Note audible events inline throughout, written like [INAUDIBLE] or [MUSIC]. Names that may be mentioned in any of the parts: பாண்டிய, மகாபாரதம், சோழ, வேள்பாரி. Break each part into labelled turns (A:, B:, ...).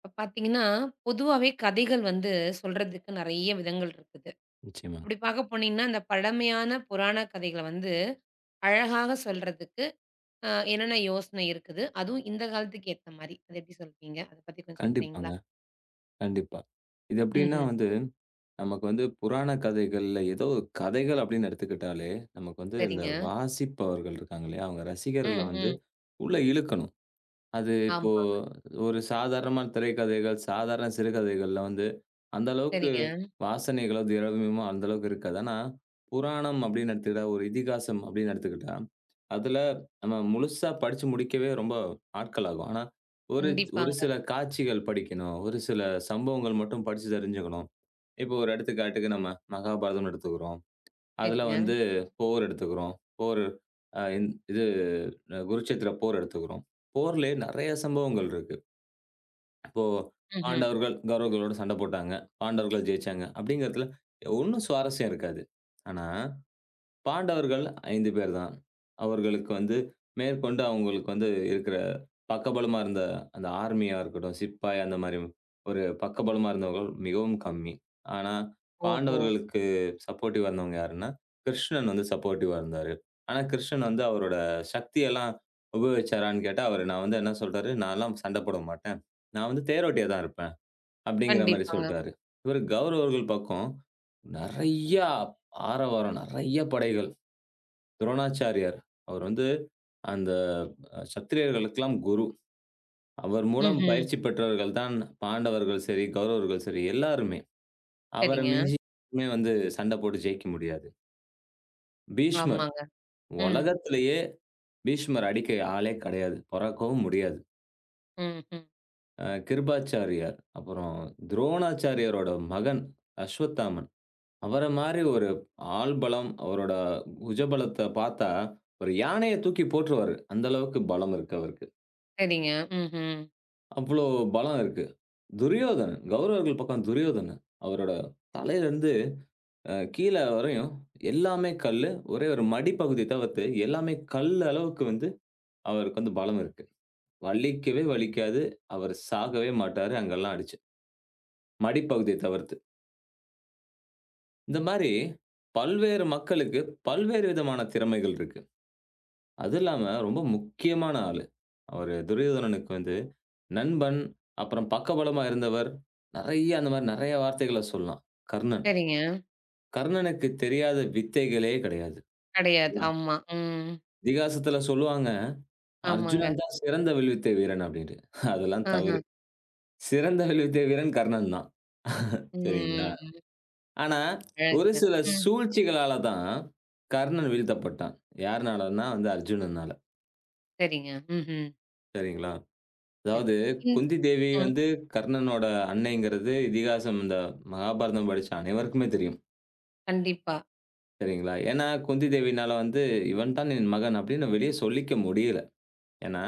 A: இப்ப பார்த்தீங்கன்னா, பொதுவாவே கதைகள் வந்து சொல்றதுக்கு நெறைய விதங்கள் இருக்குது.
B: நிச்சயமா.
A: அப்படி பார்க்க போனீங்கன்னா, இந்த பழமையான புராண கதைகள வந்து அழகாக சொல்றதுக்கு என்னென்ன யோசனை இருக்குது? அதுவும் இந்த காலத்துக்கு ஏத்த மாரி. அத எப்படி சொல்வீங்க? அத பத்தி கொஞ்சம் சொல்றீங்களா?
B: கண்டிப்பாங்க, கண்டிப்பா. இது எப்படின்னா
A: ம்ஹ்ம்.
B: வந்து, நமக்கு வந்து புராண கதைகள்ல ஏதோ கதைகள் அப்படின்னு எடுத்துக்கிட்டாலே, நமக்கு வந்து இந்த
A: சரிங்க.
B: வாசிப்பவர்கள் இருக்காங்க இல்லையா? அவங்க ரசிகர்கள
A: ம்,
B: வந்து
A: ம்.
B: உள்ள இழுக்கணும். அது இப்போ
A: ஆமா.
B: ஒரு சாதாரணமான திரைக்கதைகள், சாதாரண சிறுகதைகள்ல வந்து, அந்த அளவுக்கு
A: சரிங்க.
B: வாசனைகளோ, திரவியமோ அந்த அளவுக்கு இருக்காது. ஆனா, புராணம் அப்படின்னு எடுத்துக்கிட்டா, ஒரு இதிகாசம் அப்படின்னு எடுத்துக்கிட்டா, அதுல நம்ம முழுசா படிச்சு முடிக்கவே ரொம்ப நாட்கள் ஆகும். ஆனா, ஒரு ஒரு
A: கண்டிப்பாங்க.
B: சில காட்சிகள் படிக்கணும். ஒரு சில சம்பவங்கள் மட்டும் படிச்சு தெரிஞ்சுக்கணும். இப்போ ஒரு எடுத்துக்காட்டுக்கு நம்ம மகாபாரதம்னு எடுத்துக்கிறோம். அதுல
A: சரிங்க.
B: வந்து போர் எடுத்துக்கிறோம். போர் அ இந் இது குருட்சேத்திர போர் எடுத்துக்கிறோம். போர்லயே நெறைய சம்பவங்கள் இருக்கு. இப்போ
A: ம்ஹ்ம்.
B: பாண்டவர்கள், கௌரவர்களோட சண்டை போட்டாங்க. பாண்டவர்கள் ஜெயிச்சாங்க. அப்படிங்கிறதுல ஒண்ணும் சுவாரஸ்யம் இருக்காது. ஆனா, பாண்டவர்கள் 5 பேர் தான். அவர்களுக்கு வந்து மேற்கொண்டு அவங்களுக்கு வந்து இருக்கிற பக்கபலமா இருந்த அந்த ஆர்மியா இருக்கட்டும், சிப்பாய் அந்த மாரி ஒரு பக்கபலமா இருந்தவர்கள் மிகவும் கம்மி. ஆனா,
A: ஓஹோ!
B: பாண்டவர்களுக்கு சப்போர்ட்டிவா இருந்தவங்க யாருன்னா, கிருஷ்ணன் வந்து சப்போர்ட்டிவா இருந்தாரு. ஆனா, கிருஷ்ணன் வந்து அவரோட சக்தியெல்லாம் உபயோகிச்சாரான்னு கேட்டா, அவரு நான் வந்து என்ன சொல்றாரு, "நான்லாம் சண்ட போட மாட்டேன். நான் வந்து தேரோட்டியா தான் இருப்பேன்." அப்படிங்கிற மாரி
A: கண்டிப்பாங்க.
B: சொல்ட்டாரு. இவரு கௌரவர்கள் பக்கம் நெறையா ஆரவாரம், நெறைய படைகள். துரோணாச்சாரியார். அவர் வந்து அந்த சத்திரியர்களுக்கெல்லாம் குரு. அவர் மூலம்
A: ம்ஹ்ம்.
B: பயிற்சி பெற்றவர்கள் தான் பாண்டவர்கள் சரி, கௌரவர்கள் சரி எல்லாருமே. அவர
A: சரிங்க.
B: மிஞ்சி எதுவுமே வந்து சண்ட போட்டு ஜெயிக்க முடியாது. பீஷ்மர்.
A: ஆமாங்க. ம்.
B: உலகத்திலேயே பீஷ்மர் அடிக்க ஆளே கிடையாது. பொறக்கவும் முடியாது.
A: ம்ஹ்ம்.
B: கிருபாச்சாரியார், அப்புறம் துரோணாச்சாரியாரோட மகன் அஸ்வத்தாமன். அவர மாரி ஒரு ஆள் பலம், அவரோட புஜபலத்த பார்த்தா ஒரு யானைய தூக்கி போட்டுருவாரு. அந்த அளவுக்கு பலம் இருக்கு அவருக்கு.
A: சரிங்க. ம்ஹ்ம்.
B: அவ்வளோ பலம் இருக்கு. துரியோதனன், கௌரவர்கள் பக்கம் துரியோதனன். அவரோட தலையிலருந்து கீழ வரையும் எல்லாமே கல்லு. ஒரே ஒரு மடிப்பகுதி தவிர்த்து எல்லாமே கல் அளவுக்கு வந்து அவருக்கு வந்து பலம் இருக்கு. வலிக்கவே வலிக்காது. அவர் சாகவே மாட்டாரு அங்கெல்லாம் அடிச்சு. மடிப்பகுதிய தவிர்த்து. இந்த மாரி பல்வேறு மக்களுக்கு பல்வேறு விதமான திறமைகள் இருக்கு. அது இல்லாம ரொம்ப முக்கியமான ஆளு. அவரு துரியோதனனுக்கு வந்து நண்பன், அப்புறம் பக்கபலமா இருந்தவர். நெறைய அந்த மாரி நெறைய வார்த்தைகள சொல்லலாம். கர்ணன்.
A: சரிங்க.
B: கர்ணனுக்கு தெரியாத வித்தைகளே கிடையாது.
A: கிடையாது.
B: அதான்
A: ஆமா. ம்.
B: இதிகாசத்துல சொல்லுவாங்க,
A: ஆமாங்க.
B: "அர்ஜுனன் தான் சிறந்த வில்வித்தை வீரன்" அப்டின்ட்டு. [LAUGHS] அதெல்லாம்
A: ஆஹ.
B: தவறு. சிறந்த வில்வித்தை வீரன் கர்ணன் தான். [LAUGHS] சரிங்களா?
A: ம்.
B: ஆனா, ஒரு
A: அழகுங்க.
B: சில
A: ம்.
B: சூழ்ச்சிகளால தான் கர்ணன் வீழ்த்தப்பட்டான். யாருனாலன்னா வந்து அர்ஜுனனால.
A: சரிங்க. ம்ஹ்ம்.
B: சரிங்களா?
A: சரி.
B: அதாவது
A: ம்.
B: குந்தி தேவி
A: ம்.
B: வந்து கர்ணனோட அன்னைங்கிறது இதிகாசம் இந்த மகாபாரதம் படிச்ச அனைவருக்குமே தெரியும்.
A: கண்டிப்பா.
B: சரிங்களா? ஏன்னா குந்தி தேவினால வந்து "இவன் தான் என் மகன்" அப்படின்னு வெளிய சொல்லிக்க முடியல. ஏன்னா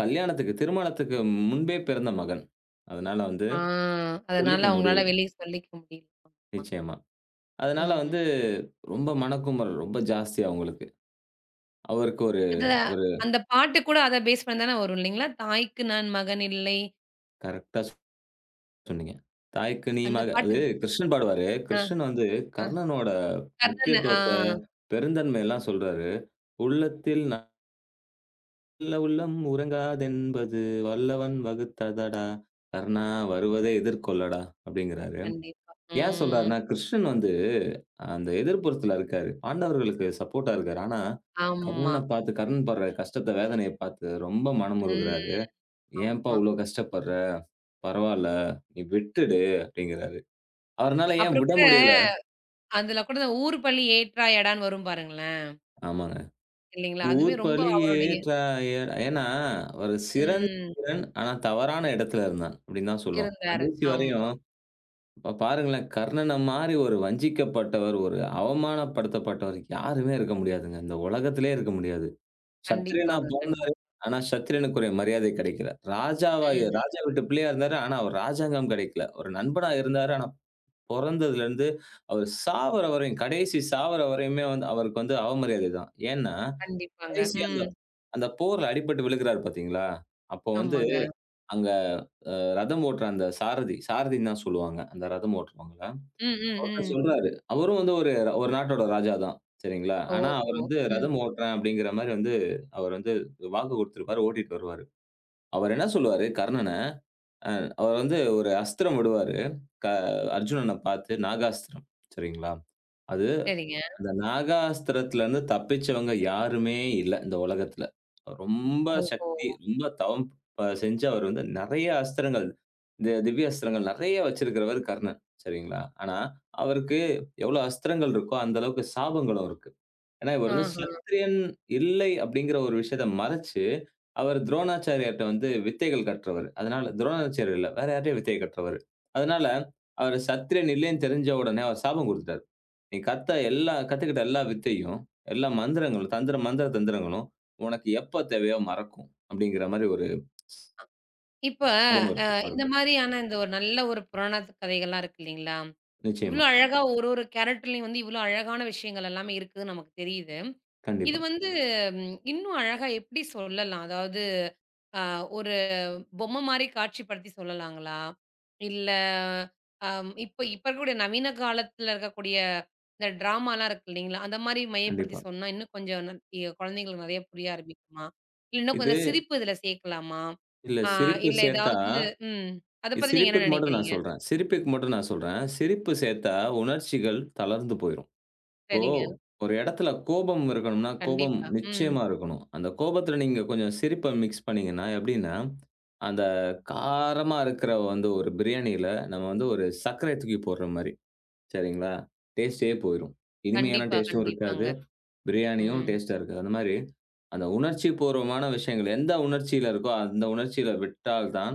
B: கல்யாணத்துக்கு திருமணத்துக்கு முன்பே பிறந்த மகன். அதனால வந்து
A: ஆ அதனால
B: சொல்லிக்க முடியல.
A: அவங்களால வெளிய சொல்லிக்க முடியல. ஆமா.
B: நிச்சயமா. அதனால
A: ம்.
B: வந்து ரொம்ப மனக்குமுறல் ரொம்ப ஜாஸ்தி அவங்களுக்கு. அவருக்கு ஒரு
A: அது
B: ஒரு
A: அந்த பாட்டு கூட அத பேஸ் பண்ணி தானே வரும் இல்லைங்களா? தாய்க்கு நான் மகன் இல்லை.
B: கரெக்ட்டா சொன்னீங்க. "தாய்க்கு நீ
A: அந்த
B: மக"
A: பாட்டு.
B: அது கிருஷ்ணன் பாடுவாரு.
A: ஆ,
B: கிருஷ்ணன் வந்து
A: ஆ.
B: கர்ணனோட
A: கர்ணன்.
B: முக்கியத்துவத்த, பெருந்தன்மையெல்லாம் சொல்றாரு. உள்ளத்தில் நல்ல உள்ளம் உறங்காதென்பது வல்லவன் வகுத்ததடா, கர்ணா வருவதை எதிர்கொள்ளடா அப்படிங்கிறாரு.
A: கண்டிப்பா.
B: ஏன்
A: ம்.
B: சொல்றாருன்னா, கிருஷ்ணன் வந்து அந்த எதிர்ப்புறத்துல இருக்காரு. பாண்டவர்களுக்கு சப்போர்ட்டா இருக்காரு. ஆனா,
A: ஆமா.
B: கர்ணன பார்த்து கர்ணன் படுற கஷ்டத்த, வேதனைய பார்த்து ரொம்ப மனமுருகுறாரு.
A: ம்.
B: "ஏன்பா
A: ஆமா.
B: இவ்ளோ கஷ்டப்படுற? பரவால்ல, நீ விட்டுடு" அப்படிங்கிறாரு. அவருனால ஏன்
A: அப்புறம்
B: விட
A: கூட
B: முடியல
A: அதுல கூட ஊர் பழி ஏற்றா எடான்னு வரும் பாருங்களேன்.
B: ஆமாங்க.
A: இல்லைங்களா? அதுவுமே
B: ஊர்
A: ரொம்ப அவருடைய
B: பழியேற்றாயர் ஏன்னா, ஒரு சிறந்த
A: ம்.
B: வீரன். ஆனா தவறான இடத்துல இருந்தான். அப்படின்னு தான் சொல்லுவாங்க.
A: இருந்தாரு.
B: கடைசி
A: ஆமா.
B: வரையும் இப்ப பாருங்களேன், கர்ணன மாரி ஒரு வஞ்சிக்கப்பட்டவர், ஒரு அவமானப்படுத்தப்பட்டவர் யாருமே இருக்க முடியாதுங்க. இந்த உலகத்திலேயே இருக்க முடியாது. சத்திரியனா
A: கண்டிப்பாங்க.
B: போய்
A: கண்டிப்பா.
B: ஆனா சத்திரியனுக்குரிய மரியாதை கிடைக்கல. ராஜாவா
A: ம்.
B: ராஜா வீட்டு பிள்ளையா இருந்தாரு. ஆனா அவர் ராஜாங்கம் கிடைக்கல. ஒரு நண்பனா இருந்தாரு. ஆனா பொறந்ததுலருந்து அவர் சாவர வரையும், கடைசி சாவர வரையுமே வந்து அவருக்கு வந்து அவமரியாதை தான். ஏன்னா,
A: கண்டிப்பாங்க.
B: கடைசி அந்த
A: ம்.
B: அந்த போர்ல அடிபட்டு விழுகுறாரு பார்த்தீங்களா? அப்போ வந்து
A: ஆமாங்க.
B: அங்க ரதம் ஓட்டுற அந்த சாரதி, சாரதின்னு தான் சொல்லுவாங்க. அந்த ரதம் ஓட்டுறவங்கள.
A: ம், ம்,
B: அவர்தான்
A: ம்.
B: சொல்றாரு. அவரும் வந்து ஒரு ஒரு நாட்டோட ராஜா தான். சரிங்களா? ஆனா
A: ஓஹோ!
B: அவர் வந்து
A: ம்.
B: ரதம் ஓட்டுறேன் அப்படிங்கிற மாரி வந்து அவர் வந்து வாக்கு குடுத்திருப்பாரு. ஓட்டிட்டு வருவாரு. அவர் என்ன சொல்லுவாரு கர்ணன, அ அவர் வந்து ஒரு அஸ்திரம் விடுவாரு. க அர்ஜுனன பார்த்து நாகாஸ்திரம். சரிங்களா? அது
A: சரிங்க.
B: அந்த நாகாஸ்திரத்திலிருந்து தப்பிச்சவங்க யாருமே இல்ல, இந்த உலகத்துல. ரொம்ப
A: ஓஹோ!
B: சக்தி, ரொம்ப தவம் செஞ்சு அவர் வந்து நெறைய அஸ்திரங்கள், இந்த திவ்ய அஸ்திரங்கள் நெறைய வச்சிருக்கிறவர் கர்ணன். சரிங்களா? ஆனா, அவருக்கு எவ்வளோ அஸ்திரங்கள் இருக்கோ, அந்த அளவுக்கு சாபங்களும் இருக்கு. ஏன்னா, இவர் வந்து
A: ஆஹா.
B: சத்திரியன் இல்லை அப்படிங்கிற ஒரு விஷயத்த மறைச்சு, அவர் துரோணாச்சாரியார்ட்ட வந்து வித்தைகள் கற்றவரு. அதனால துரோணாச்சாரியார் இல்ல, வேற யார்ட்டயோ வித்தை கற்றவரு. அதனால, அவரு சத்திரியன் இல்லைன்னு தெரிஞ்ச உடனே அவர் சாபம் குடுத்துட்டாரு. நீ கத்த எல்லா கத்துக்கிட்ட எல்லா வித்தையும், எல்லா மந்திரங்களும், தந்திர மந்திர தந்திரங்களும் உனக்கு எப்ப தேவையோ மறக்கும். அப்படிங்கிற மாரி ஒரு
A: இப்ப
B: சாபம் இருக்கு
A: இந்த
B: அவருக்கு.
A: மாரியான இந்த ஒரு நல்ல ஒரு புராணத்து கதைகள்லாம் இருக்கு இல்லைங்களா? இவ்ளோ
B: நிச்சயமா.
A: அழகா ஒரு ஒரு கேரக்டர்லயும் வந்து இவ்ளோ அழகான விஷயங்கள் எல்லாமே இருக்குன்னு நமக்கு தெரியுது. இது
B: கண்டிப்பா,
A: வந்து, இன்னும் அழகா எப்படி சொல்லலாம்? அதாவது, அ ஒரு பொம்மை மாரி காட்சிப்படுத்தி சொல்லலாங்களா? இல்ல, இப்ப இப்ப இருக்கக்கூடிய நவீன காலத்துல இருக்கக்கூடிய இந்த ட்ராமாலாம் இருக்கு இல்லைங்களா? அந்த மாரி மையப்படுத்தி
B: கண்டிப்பா.
A: சொன்னா இன்னும் கொஞ்சம் ந எ குழந்தைங்களுக்கு நெறைய புரிய ஆரம்பிக்குமா? இல்ல இன்னும்
B: இது
A: கொஞ்சம் சிரிப்பு இதுல சேர்க்கலாமா?
B: இல்ல
A: ஆ
B: சிரிப்பு
A: இல்ல
B: சேர்த்தா
A: ஏதாவது ம். அத
B: இது
A: பத்தி நீங்க என்ன
B: சிரிப்புக்கு மட்டும் நான்
A: நினைக்கிறீங்க?
B: சொல்றேன் சிரிப்புக்கு மட்டும் நான் சொல்றேன். சிரிப்பு சேர்த்தா உணர்ச்சிகள் தளர்ந்து போயிரும். இப்போ
A: சரிங்க.
B: ஒரு இடத்துல கோபம் இருக்கணும்னா, கோபம்
A: கண்டிப்பா. ம்.
B: நிச்சயமா இருக்கணும். அந்த கோபத்துல நீங்க கொஞ்சம் சிரிப்ப மிக்ஸ் பண்ணீங்கன்னா எப்படின்னா, அந்த காரமா இருக்கிற வந்து ஒரு பிரியாணியில நம்ம வந்து ஒரு சர்க்கரைய தூக்கி போடுற மாரி. சரிங்களா? டேஸ்ட்டே போயிரும். இனிமையான
A: கண்டிப்பா,
B: டேஸ்ட்டும்
A: கண்டிப்பாங்க.
B: இருக்காது. பிரியாணியும்
A: ம்.
B: டேஸ்ட்டா இருக்கு. அந்த மாரி, அந்த உணர்ச்சிபூர்வமான விஷயங்கள் எந்த உணர்ச்சியில இருக்கோ, அந்த உணர்ச்சியில விட்டால் தான்,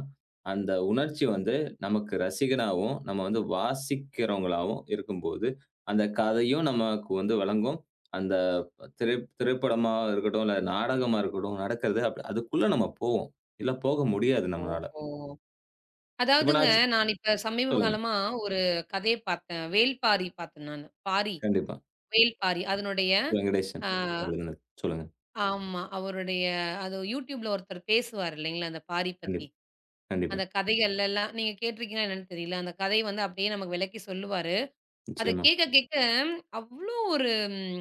B: அந்த உணர்ச்சி வந்து நமக்கு ரசிகனாவும், நம்ம வந்து வாசிக்கிறவங்களாவும் இருக்கும்போது, அந்த கதையும் நமக்கு வந்து வழங்கும். அந்த திரை திரைப்படமா இருக்கட்டும், இல்ல நாடகமா இருக்கட்டும், நடக்கிறது அதுக்குள்ள நம்ம போவோம். இல்ல போக முடியாது நம்மளால.
A: ஓஹோ!
B: இப்ப
A: அதாவதுங்க,
B: நான் ஸ்
A: நான் இப்ப சமீப
B: சொல்லுங்க.
A: காலமா ஒரு கதைய பார்த்தேன். வேள்பாரி பார்த்தேன் நானு. பாரி,
B: கண்டிப்பா.
A: வேள்பாரி. அதனுடைய.
B: வெங்கடேஷன்.
A: அ
B: சொல்லுங்க.
A: ஆமா. அது YouTubeல ஒருத்தர் பேசுவார் இல்லைங்களா? அந்த பாரி பத்தி.
B: கண்டிப்பா, கண்டிப்பா.
A: அந்த கதைகள் எல்லாம் நீங்க கேட்டிருக்கீங்களா என்னன்னு தெரியல. அந்த கதை வந்து அப்படியே நமக்கு விளக்கி சொல்லுவாரு. அத
B: நிச்சயமா.
A: கேட்க கேட்க அவ்ளோ ஒரு, ம்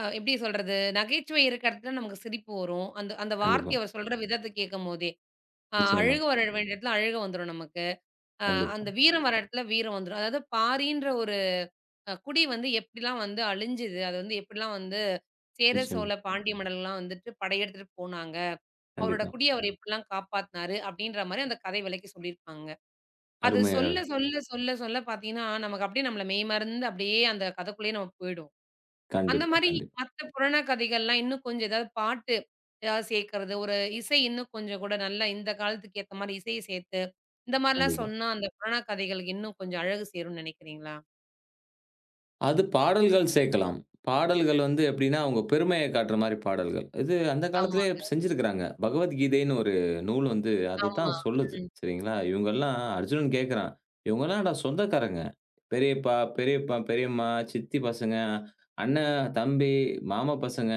A: அ எப்படி சொல்றது? நகைச்சுவை இருக்கிற இடத்துல நமக்கு சிரிப்பு வரும். அந்த அந்த
B: கண்டிப்பா.
A: வார்த்தைய அவர் சொல்ற விதத்த கேட்கும்போதே.
B: நிச்சயமா.
A: அழுக வர வேண்டிய இடத்துல அழுக வந்துரும் நமக்கு. அ
B: கண்டிப்பா.
A: அந்த வீரம் வர இடத்துல வீரம் வந்துரும். அதாவது பாரின்ற ஒரு குடி வந்து எப்படிலாம் வந்து அழிஞ்சுது? அது வந்து எப்படிலாம் வந்து சேர,
B: நிச்சயமா.
A: சோழ, பாண்டிய மன்னர்கள்லாம் வந்துட்டு படையெடுத்துட்டு போனாங்க. அவரோட
B: கண்டிப்பா.
A: குடிய அவர் எப்படிலாம் காப்பாத்துனாரு? அப்படின்ற மாரி அந்த கதை விளக்கி சொல்லியிருப்பாங்க. அது
B: அருமையா
A: சொல்ல, சொல்ல, சொல்ல, சொல்ல பார்த்தீங்கன்னா, நமக்கு அப்படியே நம்மள மெய்மறந்து அப்படியே அந்த கதைக்குள்ளேயே நம்ம போயிடுவோம். அந்த
B: கண்டிப்பா,
A: மாரி
B: கண்டிப்பா,
A: மத்த புராண கதைகள்லாம் இன்னும் கொஞ்சம் ஏதாவது பாட்டு ஏதாவது சேர்க்கிறது, ஒரு இசை இன்னும் கொஞ்சம் கூட நல்லா இந்த காலத்துக்கு ஏத்த மாரி இசைய சேர்த்து, இந்த மாரிலாம்
B: கண்டிப்பா.
A: சொன்னா அந்த புராண கதைகளுக்கு இன்னும் கொஞ்சம் அழகு சேரும்னு நினைக்கிறீங்களா?
B: அது பாடல்கள் சேர்க்கலாம். பாடல்கள் வந்து எப்படின்னா, அவங்க பெருமைய காட்டுற மாரி பாடல்கள். இது அந்த காலத்திலேயே
A: ஆமாங்க.
B: செஞ்சிருக்கிறாங்க. பகவத்கீதைன்னு ஒரு நூல் வந்து அதுதான்
A: ஆமா.
B: சொல்லுது.
A: ம்.
B: சரிங்களா? இவங்கலாம் அர்ஜுனன் கேட்கிறான். இவங்கலாம் சொந்தக்காரங்க. பெரியப்பா, பெரியப்பா, பெரியம்மா, சித்தி பசங்க, அண்ணன், தம்பி, மாமா பசங்க,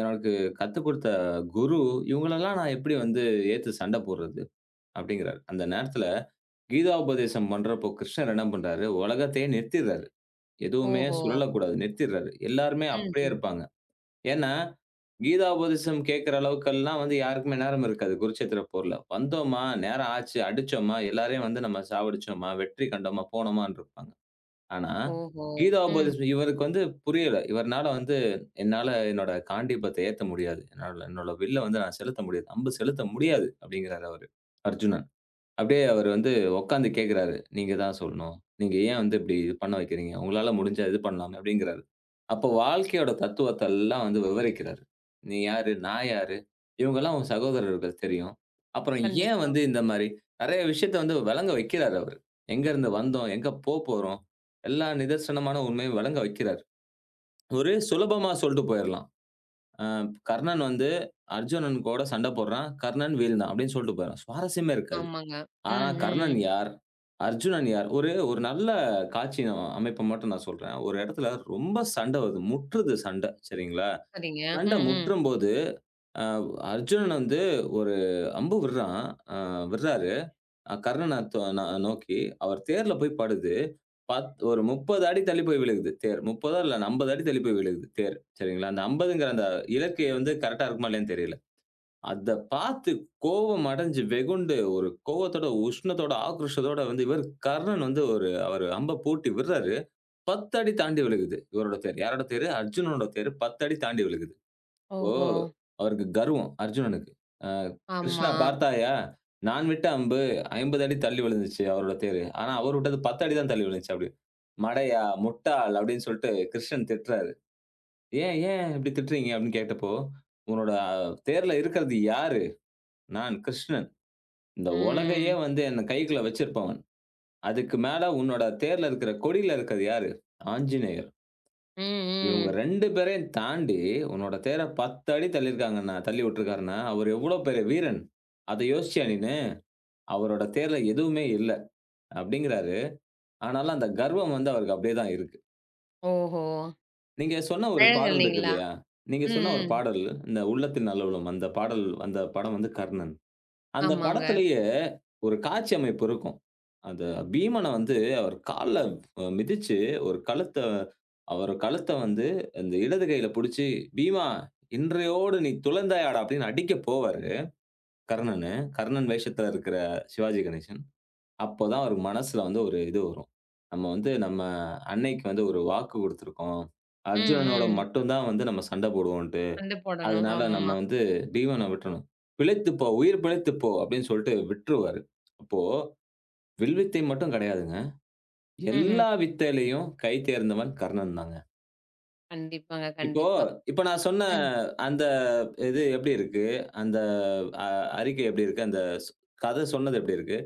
B: எனக்கு கத்துக் குடுத்த குரு, இவங்களலாம் நான் எப்படி வந்து ஏத்து சண்ட போடுறது? அப்படிங்கிறாரு. அந்த நேரத்தில கீதாபதேசம் பண்றப்போ கிருஷ்ணர் என்ன பண்றாரு, உலகத்தையே நிறுத்திர்றாரு. எதுவுமே
A: ஓஹோ!
B: சுழலக்கூடாது. நிறுத்திர்றாரு. எல்லாருமே
A: ம்,
B: அப்படியே
A: ம்.
B: இருப்பாங்க. ஏன்னா, கீதாபதேசம் கேட்கிற அளவுக்கெல்லாம் வந்து யாருக்குமே நேரம் இருக்காது. குருச்சேத்திர போர்ல. வந்தோமா, நேரம் ஆச்சு, அடிச்சோமா, எல்லாரையும் வந்து நம்ம சாவடிச்சோமா, வெற்றி கண்டோமா, போனோமான்னு இருப்பாங்க. ஆனா,
A: ஓஹோ! ம்.
B: கீதாபதேசம் இவருக்கு வந்து புரியல. இவர்னால வந்து என்னால என்னோட காண்டீபத்த ஏத்த முடியாது. என்னால என்னோட வில்ல வந்து நான் செலுத்த முடியாது. அம்பு செலுத்த முடியாது அப்படிங்கிறாரு அவரு. அர்ஜுனன். அப்படியே அவரு வந்து உட்காந்து கேட்குறாரு. "நீங்க தான் சொல்லணும். நீங்க ஏன் வந்து இப்படி இது பண்ண வைக்கிறீங்க? உங்களால முடிஞ்சா இது பண்ணலாமே" அப்படிங்கிறாரு. அப்போ வாழ்க்கையோட தத்துவத்த எல்லாம் வந்து விவரிக்கிறாரு. "நீ யாரு? நான் யாரு? இவங்கலாம் உன் சகோதரர்கள் தெரியும். அப்புறம் ஏன்
A: கண்டிப்பா.
B: வந்து இந்த மாரி" நெறைய விஷயத்த வந்து விளங்க வைக்கிறாரு அவரு. எங்கருந்து வந்தோம்? எங்க போப்போறோம்? எல்லா நிதர்சனமான உண்மையும் விளங்க வைக்கிறாரு. ஒரு சுலபமா சொல்ட்டு போயிரலாம். அ "கர்ணன் வந்து அர்ஜுனன் கூட சண்ட போடுறான். கர்ணன் வீழ்ந்தான்" அப்படின்னு சொல்ட்டு போயிரலாம். சுவாரஸ்யமே இருக்காது.
A: ஆமாங்க.
B: ஆனா,
A: ம்,
B: கர்ணன்
A: ம்.
B: யார்? அர்ஜுனன் யார்? ஒரு ஒரு நல்ல காட்சி அமைப்ப மட்டும் நான் சொல்றேன். ஒரு இடத்துல ரொம்ப சண்ட வருது. முற்றுது சண்ட. சரிங்களா?
A: சரிங்க.
B: சண்ட
A: ம், ம்.
B: முற்றும்போது, அ அர்ஜுனன் வந்து ஒரு அம்பு விடுறான். அ விடுறாரு. கர்ணன தொ ந நோக்கி. அவர் தேர்ல போய் படுது. ஒரு 30 அடி தள்ளி போய் விழுகுது தேர். 30 இல்ல 50 அடி தள்ளி போய் விழுகுது தேர். சரிங்களா? அந்த 50ங்கிற அந்த இலக்கு வந்து கரெக்ட்டா இருக்குமா இல்லையான்னு தெரியல. அத பார்த்து கோவம் அடைஞ்சு வெகுண்டு, ஒரு கோவத்தோட, உஷ்ணத்தோட, ஆக்ரோஷத்தோட வந்து இவர் கர்ணன் வந்து அவரு அம்ப பூட்டி விடுறாரு. 10 அடி தாண்டி விழுகுது. இவரோட தேர். யாரோட தேரு? அர்ஜுனனோட தேரு 10 அடி தாண்டி விழுகுது. இப்போ
A: ஓஹோ!
B: அவருக்கு கர்வம் அர்ஜுனனுக்கு. அ
A: ஆமா.
B: "கிருஷ்ணா பார்த்தாயா? நான் விட்ட அம்பு 50 அடி தள்ளி விழுந்துச்சு அவரோட தேரு. ஆனா அவர் விட்டது 10 அடி தான் தள்ளி விழுந்துச்சு" அப்படின்னு. "மடையா, முட்டாள்" அப்படின்னு சொல்லிட்டு கிருஷ்ணன் திட்டுறாரு. "ஏன், ஏன் இப்படி திட்டுறீங்க?" அப்படின்னு கேட்டப்போ, "உன்னோட தேர்ல இருக்கிறது யாரு? நான் கிருஷ்ணன். இந்த உலகையே
A: ம்.
B: வந்து என் கைக்குள்ள வச்சிருப்பவன். அதுக்கு மேல உன்னோட தேர்ல இருக்கிற கொடியில இருக்கிறது யாரு? ஆஞ்சநேயர். இவங்க
A: ம், ம்.
B: 2 பேரையும் தாண்டி உன்னோட தேர 10 அடி தள்ளியிருக்காங்கன்னா தள்ளி விட்டுருக்காருன்னா, அவர் எவ்வளோ பெரிய வீரன். அத யோசிச்சியா நீனு? அவரோட தேர்ல எதுவுமே இல்ல." அப்படிங்கிறாரு. ஆனாலும் அந்த கர்வம் வந்து அவருக்கு அப்படியே தான் இருக்கு.
A: ஓஹோ!
B: நீங்க சொன்ன ஒரு
A: அழகு
B: பாடல் இருக்கு
A: இல்லைங்களா?
B: இல்லையா? நீங்க
A: ம்,
B: சொன்ன ஒரு
A: ம்.
B: பாடல், இந்த "உள்ளத்தின் நல்லுளம்" அந்த பாடல் அந்த படம் வந்து கர்ணன். அந்த
A: ஆமாங்க.
B: படத்திலேயே ஒரு காட்சி அமைப்பு இருக்கும். அந்த பீமன வந்து அவர் கால்ல மிதிச்சு, ஒரு கழுத்த அவர் கழுத்த வந்து இந்த இடது கையில புடிச்சு, "பீமா இன்றையோடு நீ துலந்தாயாடா" அப்படின்னு அடிக்க போவாரு கர்ணனு. கர்ணன் வேஷத்துல இருக்கிற சிவாஜி கணேசன். அப்பதான் அவரு மனசுல வந்து ஒரு இது வரும். நம்ம அன்னைக்கு வந்து ஒரு வாக்கு குடுத்துருக்கோம்.
A: ம்,
B: அர்ஜுனனோட
A: ம்.
B: மட்டும் தான் வந்து நம்ம சண்டை போடுவோன்ட்டு.
A: சண்டை போடணும்.
B: அதனால நம்ம
A: ஆமா.
B: வந்து டீவன விட்டுறணும். "பிழைத்துப்போ, உயிர் பிழைத்துப்போ" அப்படின்னு சொல்லிட்டு விட்டுருவாரு. அப்போ வில் வித்தை மட்டும் கிடையாதுங்க.
A: ம்ஹ்ம்.
B: எல்லா வித்தையிலயும் கை தேர்ந்தவன் கர்ணன் தாங்க.
A: கண்டிப்பாங்க,
B: இப்போ
A: கண்டிப்பா.
B: இப்ப நான் சொன்ன
A: ம்.
B: அந்த இது எப்படி இருக்கு? அந்த அ அறிக்கை எப்படி இருக்கு? அந்த ஸ் கதை சொன்னது எப்படி இருக்கு?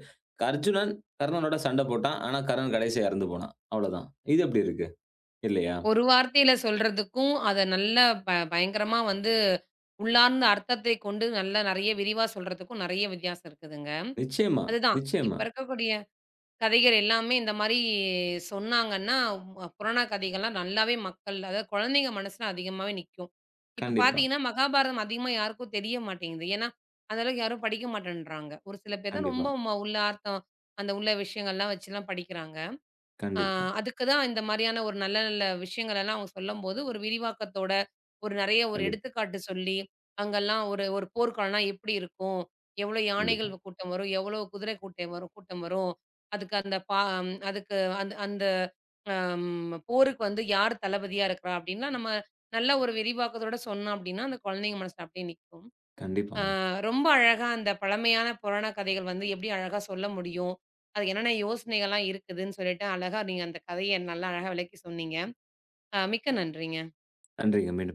B: அர்ஜுனன் கர்ணனோட சண்டை போட்டான். ஆனா கர்ணன் கடைசியா இறந்து போனான். அவ்வளோதான். இது எப்படி இருக்கு? இல்லையா?
A: ஒரு வார்த்தையில சொல்றதுக்கும், அத நல்லா பயங்கரமா வந்து உள்ளார்ந்த அர்த்தத்தை கொண்டு நல்லா நெறைய விரிவா சொல்றதுக்கும் நெறைய வித்தியாசம் இருக்குதுங்க.
B: நிச்சயமா,
A: அதுதான்.
B: நிச்சயமா.
A: இப்ப இருக்கக்கூடிய கதைகள் எல்லாமே இந்த மாரி சொன்னாங்கன்னா, புராண கதைகள்லாம் நல்லாவே மக்கள், அதாவது குழந்தைங்க மனசுல அதிகமாவே நிக்கும். இப்ப
B: கண்டிப்பா,
A: பார்த்தீங்கன்னா, மகாபாரதம் அதிகமா யாருக்கும் தெரிய மாட்டேங்குது. ஏன்னா, அந்த அளவுக்கு யாரும் படிக்க மாட்டேன்றாங்க. ஒரு சில பேர் தான்
B: கண்டிப்பா,
A: ரொம்ப, உள்ள அர்த்தம், அந்த உள்ள விஷயங்கள்லாம் வச்சுலாம் படிக்கிறாங்க. ஆ
B: கண்டிப்பா,
A: அதுக்கு தான் இந்த மாரியான ஒரு நல்ல நல்ல விஷயங்கள் எல்லாம் அவங்க சொல்லும்போது, ஒரு விரிவாக்கத்தோட, ஒரு நெறைய ஒரு
B: கண்டிப்பா,
A: எடுத்துக்காட்டு சொல்லி, அங்கெல்லாம் ஒரு ஒரு போர்க்காலம்னா எப்படி இருக்கும்? எவ்வளோ யானைகள்
B: கண்டிப்பா,
A: கூட்டம் வரும்? எவ்வளோ குதிரை கூட்டம் வரும்? அதுக்கு அந்த பா ஹம் அதுக்கு அந்த அந்த அம் போருக்கு வந்து யார் தளபதியா இருக்கிறா? அப்படின்லாம் நம்ம நல்ல ஒரு விரிவாக்கத்தோட சொன்னோம் அப்படின்னா, அந்த குழந்தைங்க மனசுல அப்படியே நிக்கும். அ
B: கண்டிப்பாங்க.
A: ரொம்ப அழகா அந்த பழமையான புராண கதைகள் வந்து எப்படி அழகா சொல்ல முடியும்? அது என்னென்ன யோசனைகள்லாம் இருக்குதுன்னு சொல்லிட்டு, அழகா நீங்க அந்த கதைய நல்லா அழகா விளக்கி சொன்னீங்க. மிக்க நன்றிங்க.
B: நன்றிங்க. மீண்டும்